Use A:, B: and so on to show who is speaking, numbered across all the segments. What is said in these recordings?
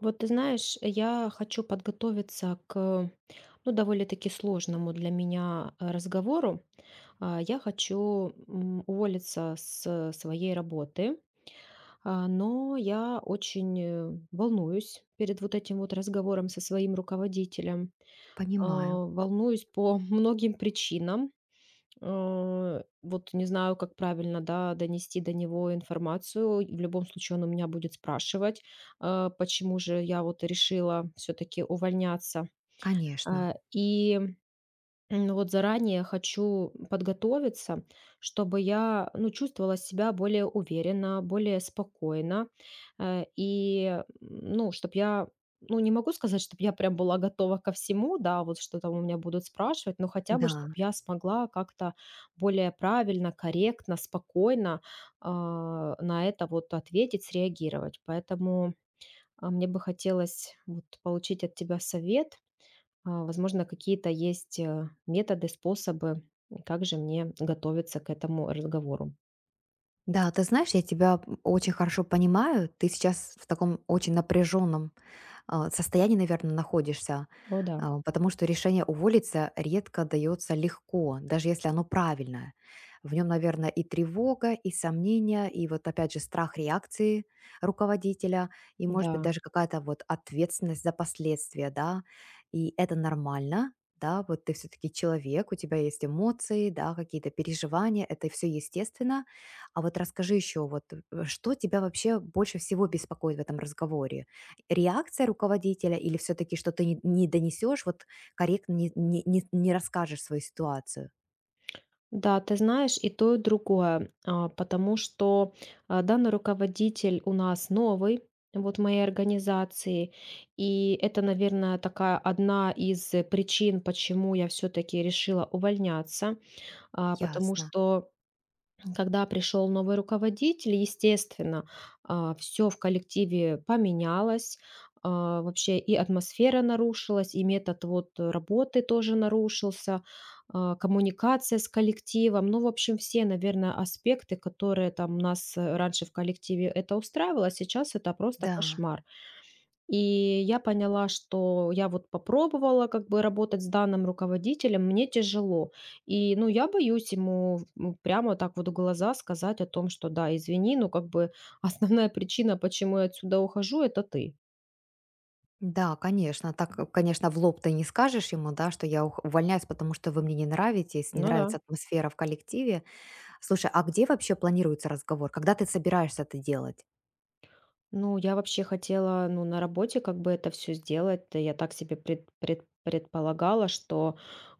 A: Вот ты знаешь, я хочу подготовиться к, ну, довольно-таки сложному для меня разговору. Я хочу уволиться с своей работы, но я очень волнуюсь перед вот этим вот разговором со своим руководителем. А,
B: Понимаю,
A: Волнуюсь по многим причинам. Вот не знаю, как правильно, да, донести до него информацию. В любом случае он у меня будет спрашивать, почему же я вот решила все таки увольняться.
B: конечно,
A: И ну вот заранее хочу подготовиться, чтобы я, ну, чувствовала себя более уверенно, более спокойно. И ну, чтобы я, ну, не могу сказать, чтобы я прям была готова ко всему, да, вот что там у меня будут спрашивать, но хотя бы,
B: да.
A: чтобы я смогла как-то более правильно, корректно, спокойно на это вот ответить, среагировать. Поэтому мне бы хотелось вот, получить от тебя совет, возможно, какие-то есть, методы, способы, как же мне готовиться к этому разговору.
B: Да, ты знаешь, я тебя очень хорошо понимаю. Ты сейчас в таком очень напряженном состоянии, наверное, находишься,
A: О да,
B: потому что решение уволиться редко дается легко, даже если оно правильное. В нем, наверное, и тревога, и сомнения, и вот опять же страх реакции руководителя, и, может быть,
A: да.
B: даже какая-то вот ответственность за последствия, да, и это нормально, да, вот ты все-таки человек, у тебя есть эмоции, да, какие-то переживания, это все естественно, а вот расскажи еще, что тебя вообще больше всего беспокоит в этом разговоре? Реакция руководителя или все-таки, что ты не донесешь, вот корректно не расскажешь свою ситуацию?
A: Да, ты знаешь, и то, и другое, потому что, данный руководитель у нас новый, вот, в моей организации. И это, наверное, такая одна из причин, почему я все таки решила увольняться. А, потому
B: Ясно.
A: что Когда пришел новый руководитель, естественно, все в коллективе поменялось, вообще и атмосфера нарушилась, и метод вот работы тоже нарушился, коммуникация с коллективом, ну, в общем, все, наверное, аспекты, которые там у нас раньше в коллективе это устраивало, а сейчас это просто
B: Да.
A: кошмар. И я поняла, что я вот попробовала как бы работать с данным руководителем, мне тяжело. И, ну, я боюсь ему прямо так вот в глаза сказать о том, что да, извини, но как бы основная причина, почему я отсюда ухожу, это ты.
B: Да, конечно. Так, э, конечно, в лоб ты не скажешь ему, да, что я увольняюсь, потому что вы мне не нравитесь, не
A: Ну да.
B: нравится атмосфера в коллективе. Слушай, а где вообще планируется разговор? Когда ты собираешься это делать?
A: Ну, я вообще хотела, ну, на работе как бы это все сделать. Да я так себе предполагала, что,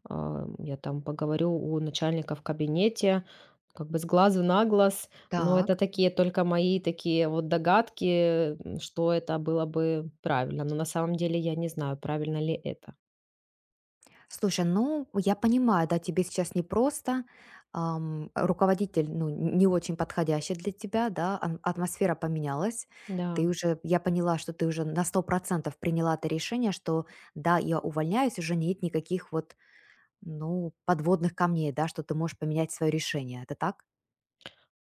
A: я там поговорю у начальника в кабинете, как бы с глазу на глаз. Но это
B: Так.
A: такие только мои такие вот догадки, что это было бы правильно. Но на самом деле я не знаю, правильно ли это.
B: Слушай, ну, я понимаю, да, тебе сейчас непросто. Руководитель, ну, не очень подходящий для тебя, да, атмосфера поменялась. Ты
A: Да.
B: уже, я поняла, что ты уже на 100% приняла это решение, что да, я увольняюсь, уже нет никаких вот, ну, подводных камней, да, что ты можешь поменять свое решение. Это так?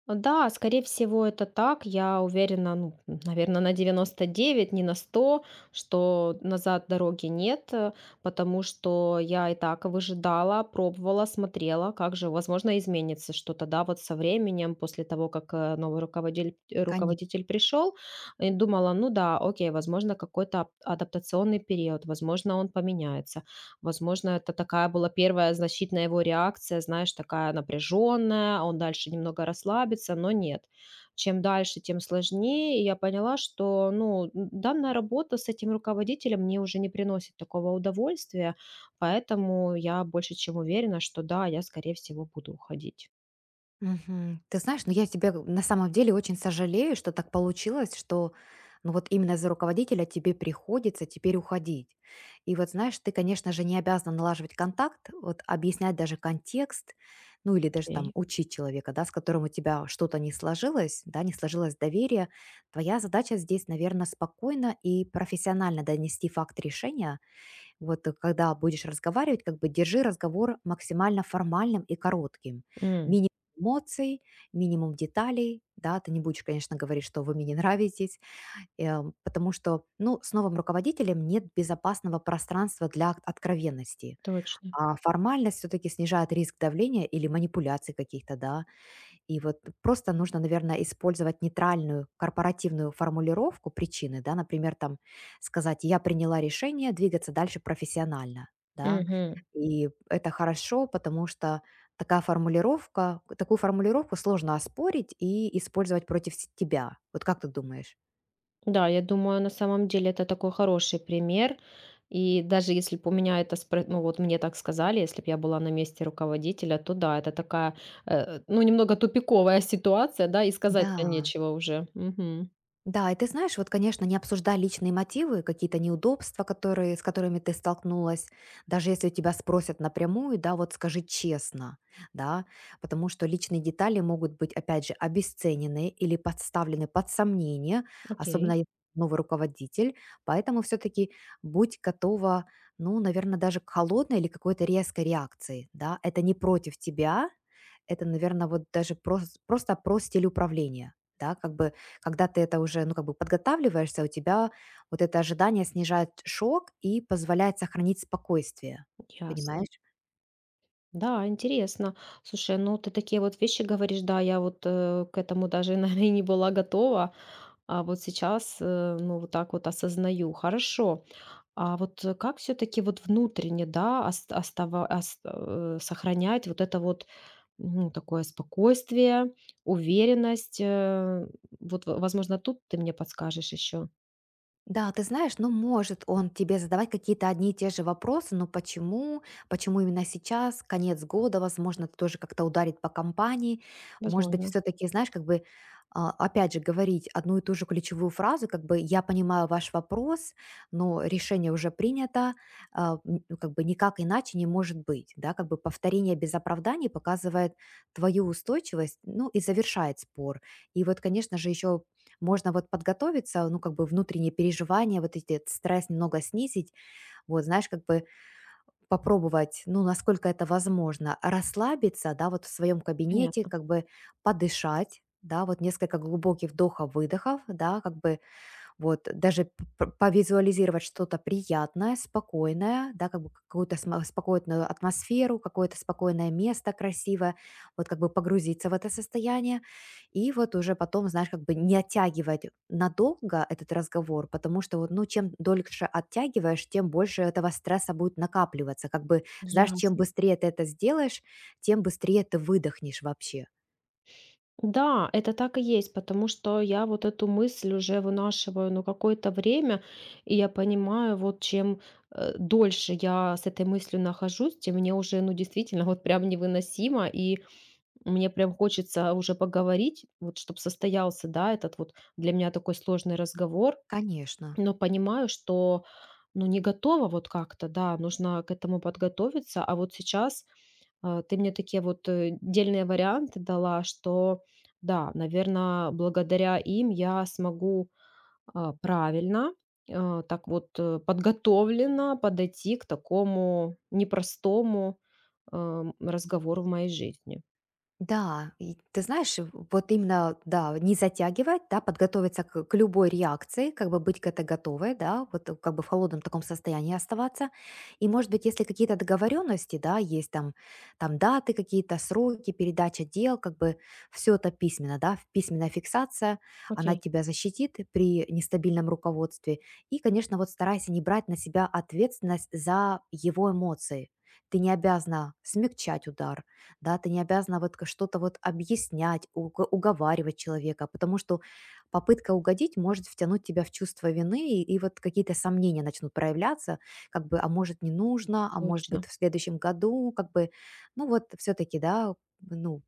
A: Да, скорее всего, это так. Я уверена, ну, наверное, на 99, не на 100, что назад дороги нет, потому что я и так выжидала, пробовала, смотрела, как же, возможно, изменится что-то, да, вот со временем, после того, как новый руководитель,
B: Конечно.
A: руководитель пришел, и думала, ну да, окей, возможно, какой-то адаптационный период, возможно, он поменяется. Возможно, это такая была первая защитная его реакция, знаешь, такая напряженная, он дальше немного расслабится, но нет. Чем дальше, тем сложнее. И я поняла, что ну, данная работа с этим руководителем мне уже не приносит такого удовольствия, поэтому я больше чем уверена, что да, я, скорее всего, буду уходить.
B: Мгм. Ты знаешь, ну я тебя на самом деле очень сожалею, что так получилось, что ну вот именно за руководителя тебе приходится теперь уходить. И вот знаешь, ты, конечно же, не обязана налаживать контакт, вот объяснять даже контекст, ну или даже там
A: Окей.
B: учить человека, да, с которым у тебя что-то не сложилось, да, не сложилось доверие. Твоя задача здесь, наверное, спокойно и профессионально донести факт решения, вот, э, когда будешь разговаривать, как бы держи разговор максимально формальным и коротким.
A: М,
B: Минимум эмоций, минимум деталей, да, ты не будешь, конечно, говорить, что вы мне не нравитесь, э, потому что, ну, с новым руководителем нет безопасного пространства для откровенности,
A: точно.
B: а формальность все-таки снижает риск давления или манипуляций каких-то, да, и вот просто нужно, наверное, использовать нейтральную корпоративную формулировку причины, да, например, там сказать: "Я приняла решение двигаться дальше профессионально", да.
A: Мгм.
B: И это хорошо, потому что такая формулировка такую формулировку сложно оспорить и использовать против с тебя. Вот как ты думаешь?
A: Да, я думаю, на самом деле это такой хороший пример. И даже если бы у меня это, ну вот мне так сказали, если бы я была на месте руководителя, то да, это такая, ну немного тупиковая ситуация, да, и сказать-то
B: Да.
A: нечего уже. Мгм.
B: Да, и ты знаешь, вот, конечно, не обсуждай личные мотивы, какие-то неудобства, с которыми ты столкнулась, даже если у тебя спросят напрямую, да, вот скажи честно, да, потому что личные детали могут быть, опять же, обесценены или подставлены под сомнение, особенно
A: Окей,
B: если новый руководитель, поэтому все-таки будь готова, ну, наверное, даже к холодной или какой-то резкой реакции, да, это не против тебя, это, наверное, вот даже просто про стиль управления, да, как бы когда ты это уже, ну, как бы подготавливаешься, у тебя вот это ожидание снижает шок и позволяет сохранить спокойствие.
A: ясно.
B: Понимаешь?
A: Да, интересно. Слушай, ну ты такие вот вещи говоришь, да, я вот к этому даже, наверное, не была готова, а вот сейчас, ну вот так вот осознаю. Хорошо. А вот, как все таки вот внутренне, да, ост остава ост э, сохранять вот это вот, ну, такое спокойствие, уверенность? Э, вот, в возможно, тут ты мне подскажешь еще.
B: Да, ты знаешь, ну, может он тебе задавать какие-то одни и те же вопросы, но почему именно сейчас, конец года, возможно, это тоже как-то ударит по компании, может быть,
A: Возможно.
B: все-таки, знаешь, как бы, а, опять же, говорить одну и ту же ключевую фразу, как бы, я понимаю ваш вопрос, но решение уже принято, ну, как бы, никак иначе не может быть, да, как бы повторение без оправданий показывает твою устойчивость, ну, и завершает спор. И вот, конечно же, еще можно вот подготовиться, ну, как бы внутренние переживания, вот эти стресс немного снизить, вот, знаешь, как бы попробовать, ну, насколько это возможно, расслабиться, да, вот в своем кабинете,
A: Понятно.
B: как бы подышать, да, вот несколько глубоких вдохов-выдохов, да, как бы вот, даже п повизуализировать что-то приятное, спокойное, да, как бы какую-то сма спокойную атмосферу, какое-то спокойное место красивое, вот как бы погрузиться в это состояние. И вот уже потом, знаешь, как бы не оттягивать надолго этот разговор, потому что вот, ну, чем дольше оттягиваешь, тем больше этого стресса будет накапливаться. Как бы, знаешь, чем
A: Ясно.
B: быстрее ты это сделаешь, тем быстрее ты выдохнешь вообще.
A: Да, это так и есть, потому что я вот эту мысль уже вынашиваю, ну, какое-то время, и я понимаю, вот чем, дольше я с этой мыслью нахожусь, тем мне уже, ну, действительно, вот прям невыносимо, и мне прям хочется уже поговорить, вот чтобы состоялся, да, этот вот для меня такой сложный разговор,
B: Конечно.
A: но понимаю, что, ну, не готова вот как-то, да, нужно к этому подготовиться, а вот сейчас ты мне такие вот дельные варианты дала, что, да, наверное, благодаря им я смогу правильно, так вот подготовленно подойти к такому непростому разговору в моей жизни.
B: Да, и ты знаешь, вот именно, да, не затягивать, да, подготовиться к любой реакции, как бы быть к этой готовой, да, как бы в холодном таком состоянии оставаться. И, может быть, если какие-то договоренности, да, есть там, там даты какие-то, сроки, передача дел, как бы все это письменно, да, письменная фиксация, она
A: Окей,
B: тебя защитит при нестабильном руководстве. И, конечно, вот старайся не брать на себя ответственность за его эмоции. Ты не обязана смягчать удар, да, ты не обязана что-то вот объяснять, уговаривать человека, потому что попытка угодить может втянуть тебя в чувство вины, и вот какие-то сомнения начнут проявляться, как бы, а может не нужно, а может быть
A: точно.
B: в следующем году, как бы, ну вот все-таки, да, ну,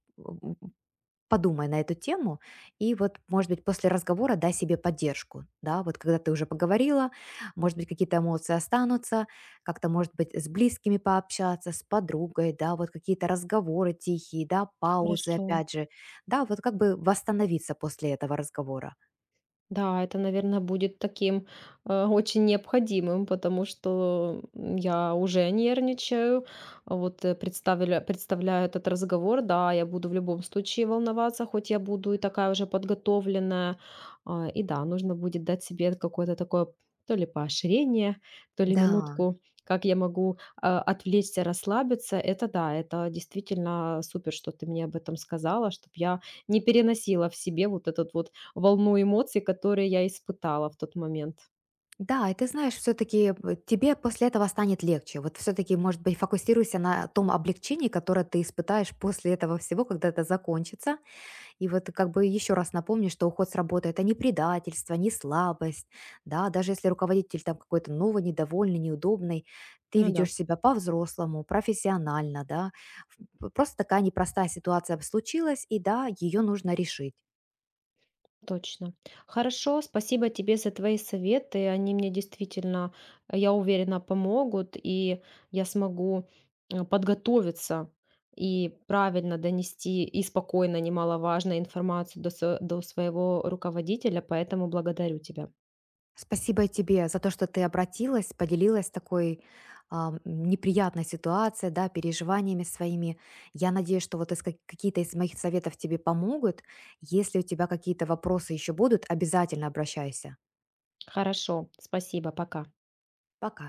B: подумай на эту тему и вот, может быть, после разговора дай себе поддержку, да, вот когда ты уже поговорила, может быть, какие-то эмоции останутся, как-то, может быть, с близкими пообщаться, с подругой, да, вот какие-то разговоры тихие, да, паузы,
A: Хорошо.
B: опять же, да, вот как бы восстановиться после этого разговора.
A: Да, это, наверное, будет таким очень необходимым, потому что я уже нервничаю. Вот представляю этот разговор, да, я буду в любом случае волноваться, хоть я буду и такая уже подготовленная. И да, нужно будет дать себе какое-то такое то ли поощрение, то ли
B: Да,
A: минутку, как я могу отвлечься, расслабиться. Это да, это действительно супер, что ты мне об этом сказала, чтобы я не переносила в себе вот этот вот волну эмоций, которые я испытала в тот момент.
B: да, и ты знаешь, все-таки тебе после этого станет легче. Вот все-таки, может быть, фокусируйся на том облегчении, которое ты испытаешь после этого всего, когда это закончится, и вот как бы еще раз напомню, что уход с работы– это не предательство, не слабость, да, даже если руководитель там какой-то новый, недовольный, неудобный, ты
A: Ну да,
B: ведешь себя по-взрослому, профессионально, да. Просто такая непростая ситуация случилась, и да, ее нужно решить.
A: точно. Хорошо, спасибо тебе за твои советы. Они мне действительно, я уверена, помогут, и я смогу подготовиться и правильно донести и спокойно, немаловажно, информацию до своего руководителя, поэтому благодарю тебя.
B: Спасибо и тебе за то, что ты обратилась, поделилась такой неприятной ситуацией, да, переживаниями своими. Я надеюсь, что вот какие-то из моих советов тебе помогут. Если у тебя какие-то вопросы еще будут, обязательно обращайся.
A: Хорошо, спасибо, пока.
B: Пока.